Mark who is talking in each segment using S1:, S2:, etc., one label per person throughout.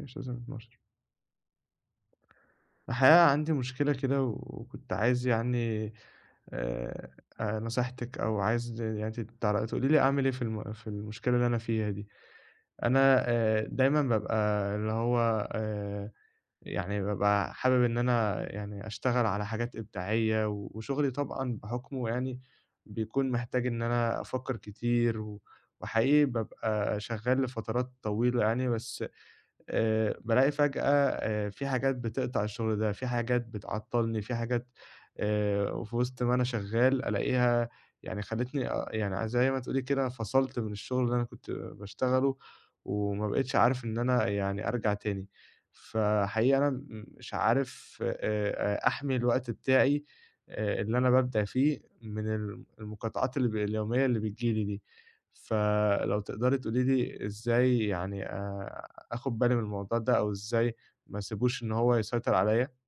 S1: مش لازم 12. الحقيقة عندي مشكلة كده وكنت عايز يعني آآ نصيحتِك، أو عايز يعني ت تعل تقولي لي أعمل إيه في المشكلة اللي أنا فيها دي. أنا دايمًا بابقى اللي هو يعني بابقى حابب إن أنا يعني أشتغل على حاجات إبداعية، وشغلي طبعًا بحُكمه يعني بيكون محتاج إن أنا أفكّر كتير، وحقيقي بابقى شغّال لفترات طويلة يعني. بس بالاقي فجأة في حاجات بتقطع الشغل ده، في حاجات بتعطّلني، في حاجات وفي وسط ما أنا شغّال ألاقيها يعني خلّتني، يعني زي ما تقولي كده، فصلت من الشغل اللي أنا كنت باشتغله، وما بقيتش عارف إن أنا يعني أرجع تاني. فحقيقي أنا مش عارف أحمي الوقت بتاعي اللي أنا بابدع فيه من المقاطعات اللي ب اليومية اللي بتيجي لي دي. فلو تقدري تقولي لي إزاي يعني آخُد بالي من الموضوع ده، أو إزاي ما أسيبوش إن هو يسيطر عليّا.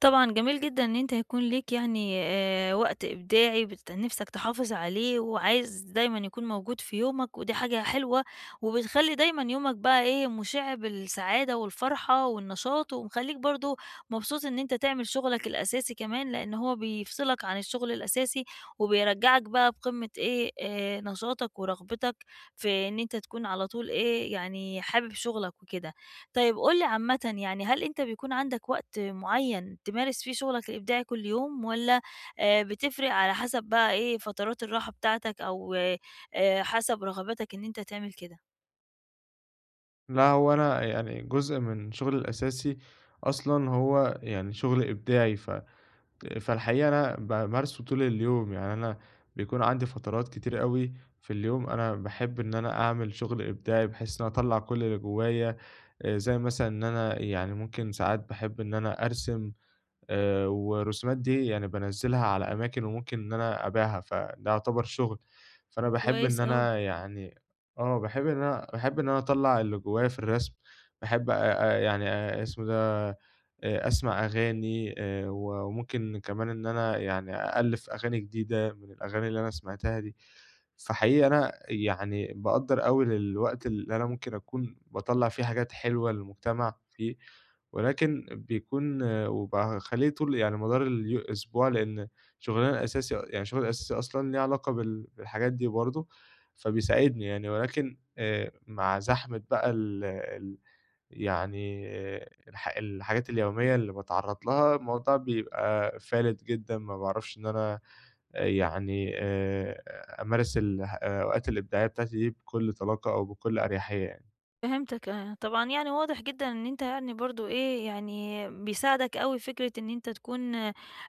S2: طبعًا جميل جدًا إن أنت هيكون ليك يعني وقت إبداعي نِفْسك تحافظ عليه وعايز دايمًا يكون موجود في يومك، ودي حاجة حلوة وبتخلّي دايمًا يومك بقى إيه، مُشِع بالسعادة والفرحة والنشاط ومخلّيك برضه مبسوط إن أنت تعمل شُغلك الأساسي كمان، لإن هو بيفصلك عن الشُغل الأساسي وبيرجّعك بقى بقمة إيه، نشاطك ورغبتك في إن أنت تكون على طول إيه، يعني حابب شُغلك وكده. طيب قُل لي عامةً، يعني هل أنت بيكون عندك وقت معيّن تمارس فيه شغلك الإبداعي كل يوم والّا بتفرق على حسب بقى إيه، فترات الراحة بتاعتك أو حسب رغباتك إن أنت تعمل كده؟
S1: لأ، هو أنا يعني جزء من شُغلي الأساسي أصلًا هو يعني شُغل إبداعي، فالحقيقة أنا بامارسه طول اليوم، يعني أنا بيكون عندي فترات كتير أوي في اليوم. أنا باحب إن أنا أعمل شُغل إبداعي بحيث إن أنا أطلّع كل اللي جوّايا، زي مثلًا إن أنا يعني ممكن ساعات باحب إن أنا أرسم، والرسومات دي يعني بانزّلها على أماكن، وممكن إن أنا أبيعها، فده يعتبر شُغل. فأنا باحب
S2: كويس
S1: إن
S2: أوي.
S1: أنا يعني باحب إن أنا أطلّع اللي جوّايا في الرسم. باحب أ أ يعني اسمه ده، أسمع أغاني، و وممكن كمان إن أنا يعني أألِّف أغاني جديدة من الأغاني اللي أنا سمعتها دي. فحقيقي أنا يعني باقدّر أوي للوقت اللي أنا ممكن أكون باطلّع فيه حاجات حلوة للمجتمع فيه، ولكن بيكون، وبقى هاخلّيه طول يعني مدار الأسبوع، لإن شُغلنا الأساسي يعني شُغلي الأساسي أصلًا ليه علاقة بالحاجات دي برضه، فبيساعدني يعني. ولكن مع زحمة بقى ال ال يعني الحاجات اليومية اللي باتعرّض لها، الموضوع بيبقى فالِت جدًا، ما باعرفش إن أنا يعني أمارس الأوقات الإبداعية بتاعتي دي بكل طلاقة أو بكل أريحية يعني.
S2: فهمتك آه، طبعًا يعني واضح جدًا إن أنت يعني برضه إيه، يعني بيساعدك أوي فكرة إن أنت تكون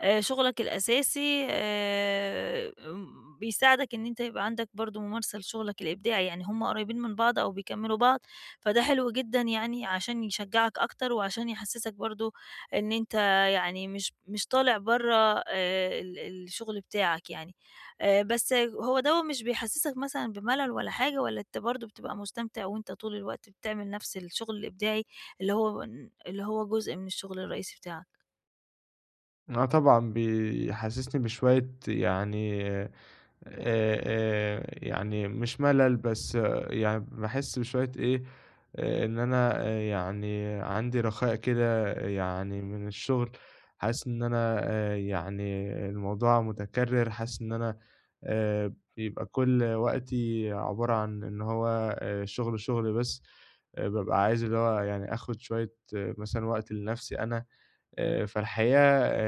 S2: شغلك الأساسي م بيساعدك إن أنت يبقى عندك برضه ممارسة لشغلك الإبداعي، يعني هم قريبين من بعض أو بيكمّلوا بعض، فده حلو جدًا يعني عشان يشجّعك أكتر وعشان يحسّسك برضه إن أنت يعني مش طالع برّه ال الشغل بتاعك يعني. بس هو دوّة مش بيحسّسك مثلًا بملل ولا حاجة، والّا أنت برضه بتبقى مستمتع وأنت طول الوقت بتعمل نفس الشغل الإبداعي اللي هو جزء من الشغل الرئيسي بتاعك؟
S1: آه، طبعًا بيحسّسني بشوية يعني، يعني مش ملل بس، يعني باحس بشوية إيه، إن أنا، يعني عندي رخاء كده، يعني من الشغل. حاسس إن أنا، يعني الموضوع متكرر. حاسس إن أنا، بيبقى كل وقتي عبارة عن إن هو شغل، شغل بس. بابقى عايز اللي هو يعني آخد شوية، مثلًا وقت لنفسي أنا. فالحقيقة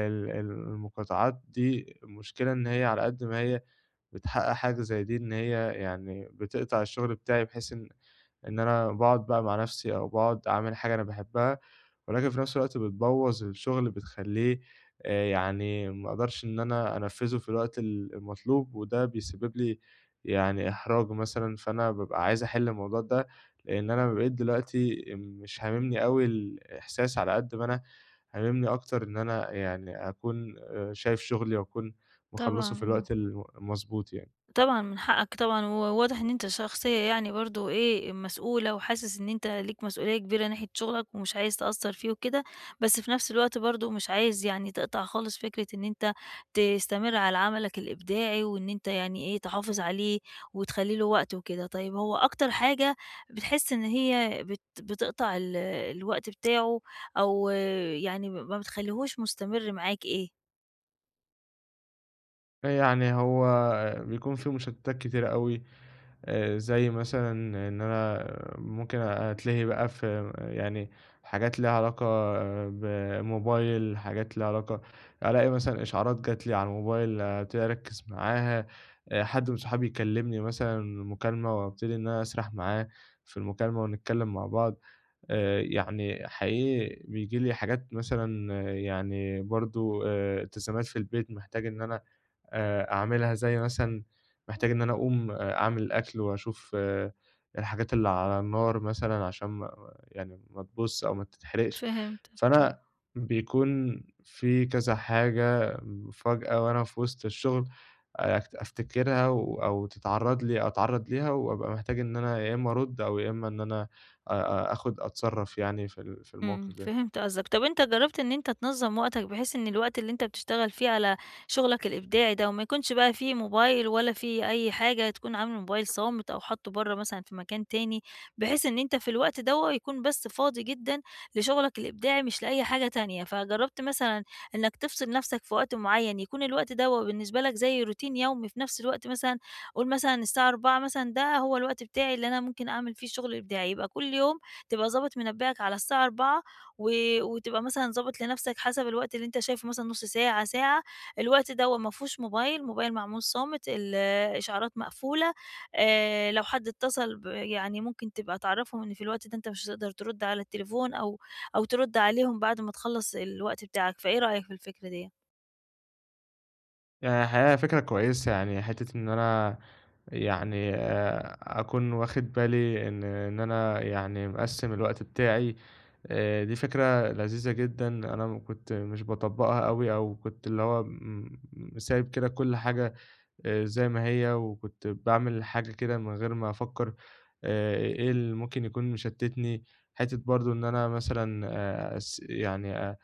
S1: ال ال المقاطعات دي، المشكلة إن هي على قد ما هي بتحقق حاجة زي دي، إن هي يعني بتقطع الشغل بتاعي، بحيث إن أنا باقعد بقى مع نفسي، أو باقعد أعمل حاجة أنا باحبها، ولكن في نفس الوقت بتبوّظ الشغل، بتخلّيه يعني ما أقدرش إن أنا أنفّذه في الوقت المطلوب، وده بيسبب لي يعني إحراج مثلًا. فأنا بابقى عايز أحل الموضوع ده، لإن أنا بقيت دلوقتي مش هاممني أوي الإحساس على قد ما أنا هاممني أكتر إن أنا يعني أكون شايف شغلي وأكون مخلّصه
S2: طبعًا،
S1: في
S2: آه.
S1: الوقت المضبوط يعني.
S2: طبعًا من حقك طبعًا، وواضح إن أنت شخصية يعني برضه إيه، مسؤولة وحاسس إن أنت ليك مسؤولية كبيرة ناحية شغلك ومش عايز تأثّر فيه وكده، بس في نفس الوقت برضه مش عايز يعني تقطع خالص فكرة إن أنت تستمر على عملك الإبداعي وإن أنت يعني إيه، تحافظ عليه وتخلّي له وقت وكده. طيب هو أكتر حاجة بتحس إن هي بتقطع الوقت بتاعه، أو يعني ما بتخلّيهوش مستمر معاك إيه؟
S1: يعني هو بيكون في مشتتات كتيرة أوي، زي مثلًا إن أنا ممكن أتلهي بقى في يعني حاجات ليها علاقة بموبايل، حاجات ليها علاقة، ألاقي مثلًا إشعارات جات لي على الموبايل أبتدي أركّز معاها، حد من صحابي يكلمني مثلًا مكالمة وأبتدي إن أنا أسرح معاه في المكالمة ونتكلم مع بعض. يعني حقيقي بييجي لي حاجات مثلًا، يعني برضه التزامات في البيت محتاج إن أنا أعملها، زي مثلًا محتاج إن أنا أقوم أعمل الأكل وأشوف، الحاجات اللي على النار مثلًا عشان ما يعني ما تبوظش أو ما تتحرقش.
S2: فهمت.
S1: فأنا بيكون في كذا حاجة فجأة وأنا في وسط الشغل، آه، أكت أفتكرها، أو تتعرّض لي أتعرّض ليها، وأبقى محتاج إن أنا يا إمّا أرُد، أو يا إمّا إن أنا أ أ أتصرّف يعني في في الموقف ده.
S2: فهمت قصدك. طب أنت جرّبت إن أنت تنظّم وقتك بحيث إن الوقت اللي أنت بتشتغل فيه على شغلك الإبداعي ده وما يكونش بقى في موبايل ولا في أي حاجة، تكون عامل الموبايل صامت أو حاطّه برّه مثلًا في مكان تاني، بحيث إن أنت في الوقت دوّة يكون بس فاضي جدًا لشغلك الإبداعي مش لأي حاجة تانية؟ فجرّبت مثلًا إنك تفصل نَفْسك في وقت معيّن، يكون الوقت دوّة بالنسبة لك زي روتين يومي في نَفْس الوقت مثلًا، قُل مثلًا الساعة 16:00 مثلًا ده هو الوقت بتاعي اللي أنا ممكن أعمل فيه الشغل الإبداعي، يبقى كل يوم تبقى ضابط منبهك على الساعة 16:00، و وتبقى مثلًا ضابط لنفْسك حسب الوقت اللي أنت شايفه، مثلًا نُص ساعة، ساعة، الوقت دوّة ما فيهوش موبايل، موبايل معمول صامت، الإشعارات مقفولة، لو حد اتصل يعني ممكن تبقى تعرّفهم إن في الوقت ده أنت مش هتقدر ترُد على التليفون، أو ترُد عليهم بعد ما تخلّص الوقت بتاعك، فإيه رأيك في الفكرة ديّة؟
S1: يعني الحقيقة فكرة كويسة، يعني حتّة إن أنا يعني أكون واخد بالي إن أنا يعني مقسّم الوقت بتاعي، دي فكرة لذيذة جدًا. أنا كنت مش باطبّقها أوي، أو كنت اللي هو م م سايب كده كل حاجة زي ما هي، وكنت باعمل حاجة كده من غير ما أفكّر إيه اللي ممكن يكون مشتّتني. حتّة برضه إن أنا مثلًا أس يعني آه،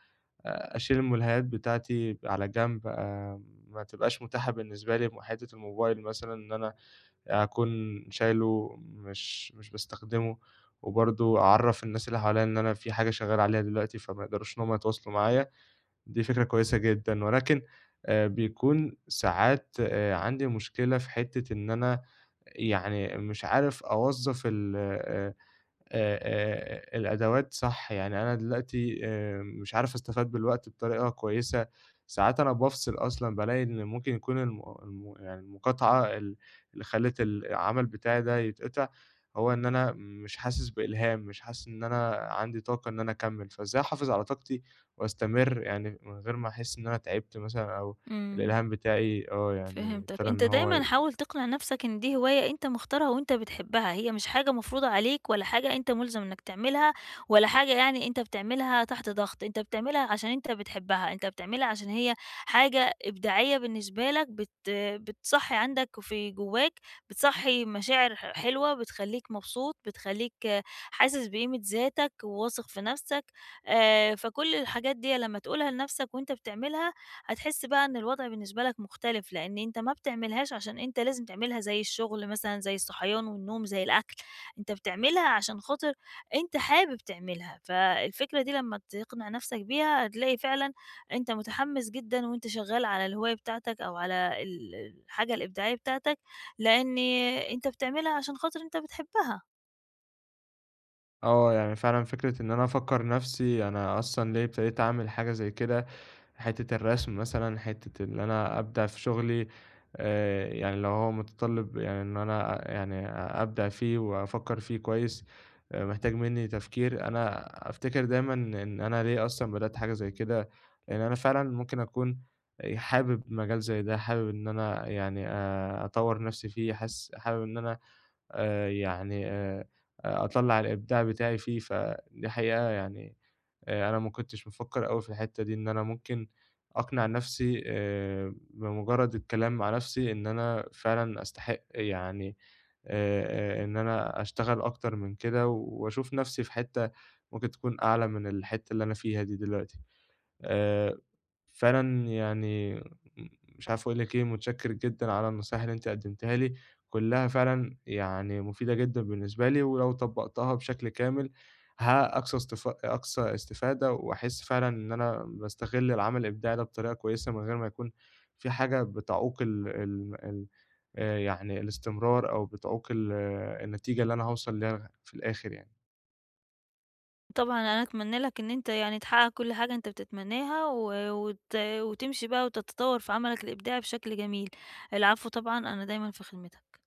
S1: آآ أشيل الملهيات بتاعتي على جنب، ما تبقاش متاحة بالنسبة لي، حتّة الموبايل مثلًا إن أنا أكون شايله مش باستخدمه، وبرضه أعرّف الناس اللي حواليّا إن أنا في حاجة شغّال عليها دلوقتي، فما يقدروش إن هم يتواصلوا معايا. دي فكرة كويسة جدًا. ولكن بيكون ساعات عندي مشكلة في حتّة إن أنا يعني مش عارف أوظّف ال آه، آآ الأدوات صح، يعني أنا دلوقتي مش عارف أستفاد بالوقت بطريقة كويسة. ساعات أنا بافصل أصلًا بالاقي إن ممكن يكون الم الم يعني المقاطعة اللي خلّت العمل بتاعي ده يتقطع، هو إن أنا مش حاسس بإلهام، مش حاسس إن أنا عندي طاقة إن أنا أكمّل. فإزاي أحافظ على طاقتي وأستمر يعني من غير ما أحس إن أنا تعبت مثلًا، أو
S2: إمم.
S1: الإلهام بتاعي يعني
S2: فهمتك،
S1: ابتدى إن
S2: أنت
S1: هو.
S2: دايمًا حاول تقنع نفسك إن دي هواية أنت مختارها وأنت بتحبها، هي مش حاجة مفروضة عليك ولا حاجة أنت ملزم إنك تعملها، ولا حاجة يعني أنت بتعملها تحت ضغط، أنت بتعملها عشان أنت بتحبها، أنت بتعملها عشان هي حاجة إبداعية بالنسبة لك بتصحّي عندك في جواك، بتصحّي مشاعر حلوة، بتخلّيك مبسوط، بتخلّيك آه، حاسس بقيمة ذاتك وواثق في نفسك. فكل الحاجات ديّة لمّا تقولها لنفسك وأنت بتعملها هتحس بقى إن الوضع بالنسبة لك مختلف، لإن أنت ما بتعملهاش عشان أنت لازم تعملها زي الشغل مثلًا، زي الصحيان والنوم، زي الأكل، أنت بتعملها عشان خاطر أنت حابب تعملها، فالفكرة دي لمّا تقنع نفسك بيها هتلاقي فعلًا أنت متحمس جدًا وأنت شغال على الهواية بتاعتك أو على الحاجة الإبداعية بتاعتك، لإن أنت بتعملها عشان خاطر أنت بتحبها.
S1: آه، يعني فعلًا فكرة إن أنا أفكّر نَفْسي أنا أصلًا ليه ابتديت أعمل حاجة زي كده، حتّة الرسم مثلًا، حتّة إن أنا أبدع في شُغلي. يعني لو هو متطلِّب يعني إن أنا يعني أبدع فيه وأفكّر فيه كويس، محتاج منّي تفكير. أنا أفتكر دايمًا إن أنا ليه أصلًا بدأت حاجة زي كده، لإن أنا فعلًا ممكن أكون حابب مجال زي ده، حابب إن أنا يعني أطوّر نَفْسي فيه، حاسس حابب إن أنا يعني أطلّع الإبداع بتاعي فيه. فدي حقيقة يعني أنا ما كنتش بافكّر أوي في الحتّة دي، إن أنا ممكن أقنع نَفْسي بمُجرّد الكلام مع نَفْسي إن أنا فعلًا أستحق يعني إن أنا أشتغل أكتر من كده وأشوف نَفْسي في حتّة ممكن تكون أعلى من الحتّة اللي أنا فيها دي دلوقتي. آآ فعلًا يعني مش عارف أقول لِك إيه، متشكر جدًا على النصايح اللي أنتِ قدمتيها لي، كلّها فعلًا يعني مفيدة جدًا بالنسبة لي. ولو طبّقتها بشكل كامل ها أقصى استفادة، وأحس فعلًا إن أنا باستغل العمل الإبداعي ده بطريقة كويسة، من غير ما يكون في حاجة بتعوق ال ال ال يعني الاستمرار، أو بتعوق ال آه النتيجة اللي أنا هاوصل ليها في الآخر يعني.
S2: طبعًا أنا أتمنى لك إن أنت يعني تحقق كل حاجة أنت بتتمناها، و وت وتمشي بقى وتتطور في عملك الإبداعي بشكل جميل. العفو طبعًا، أنا دايمًا في خدمتك.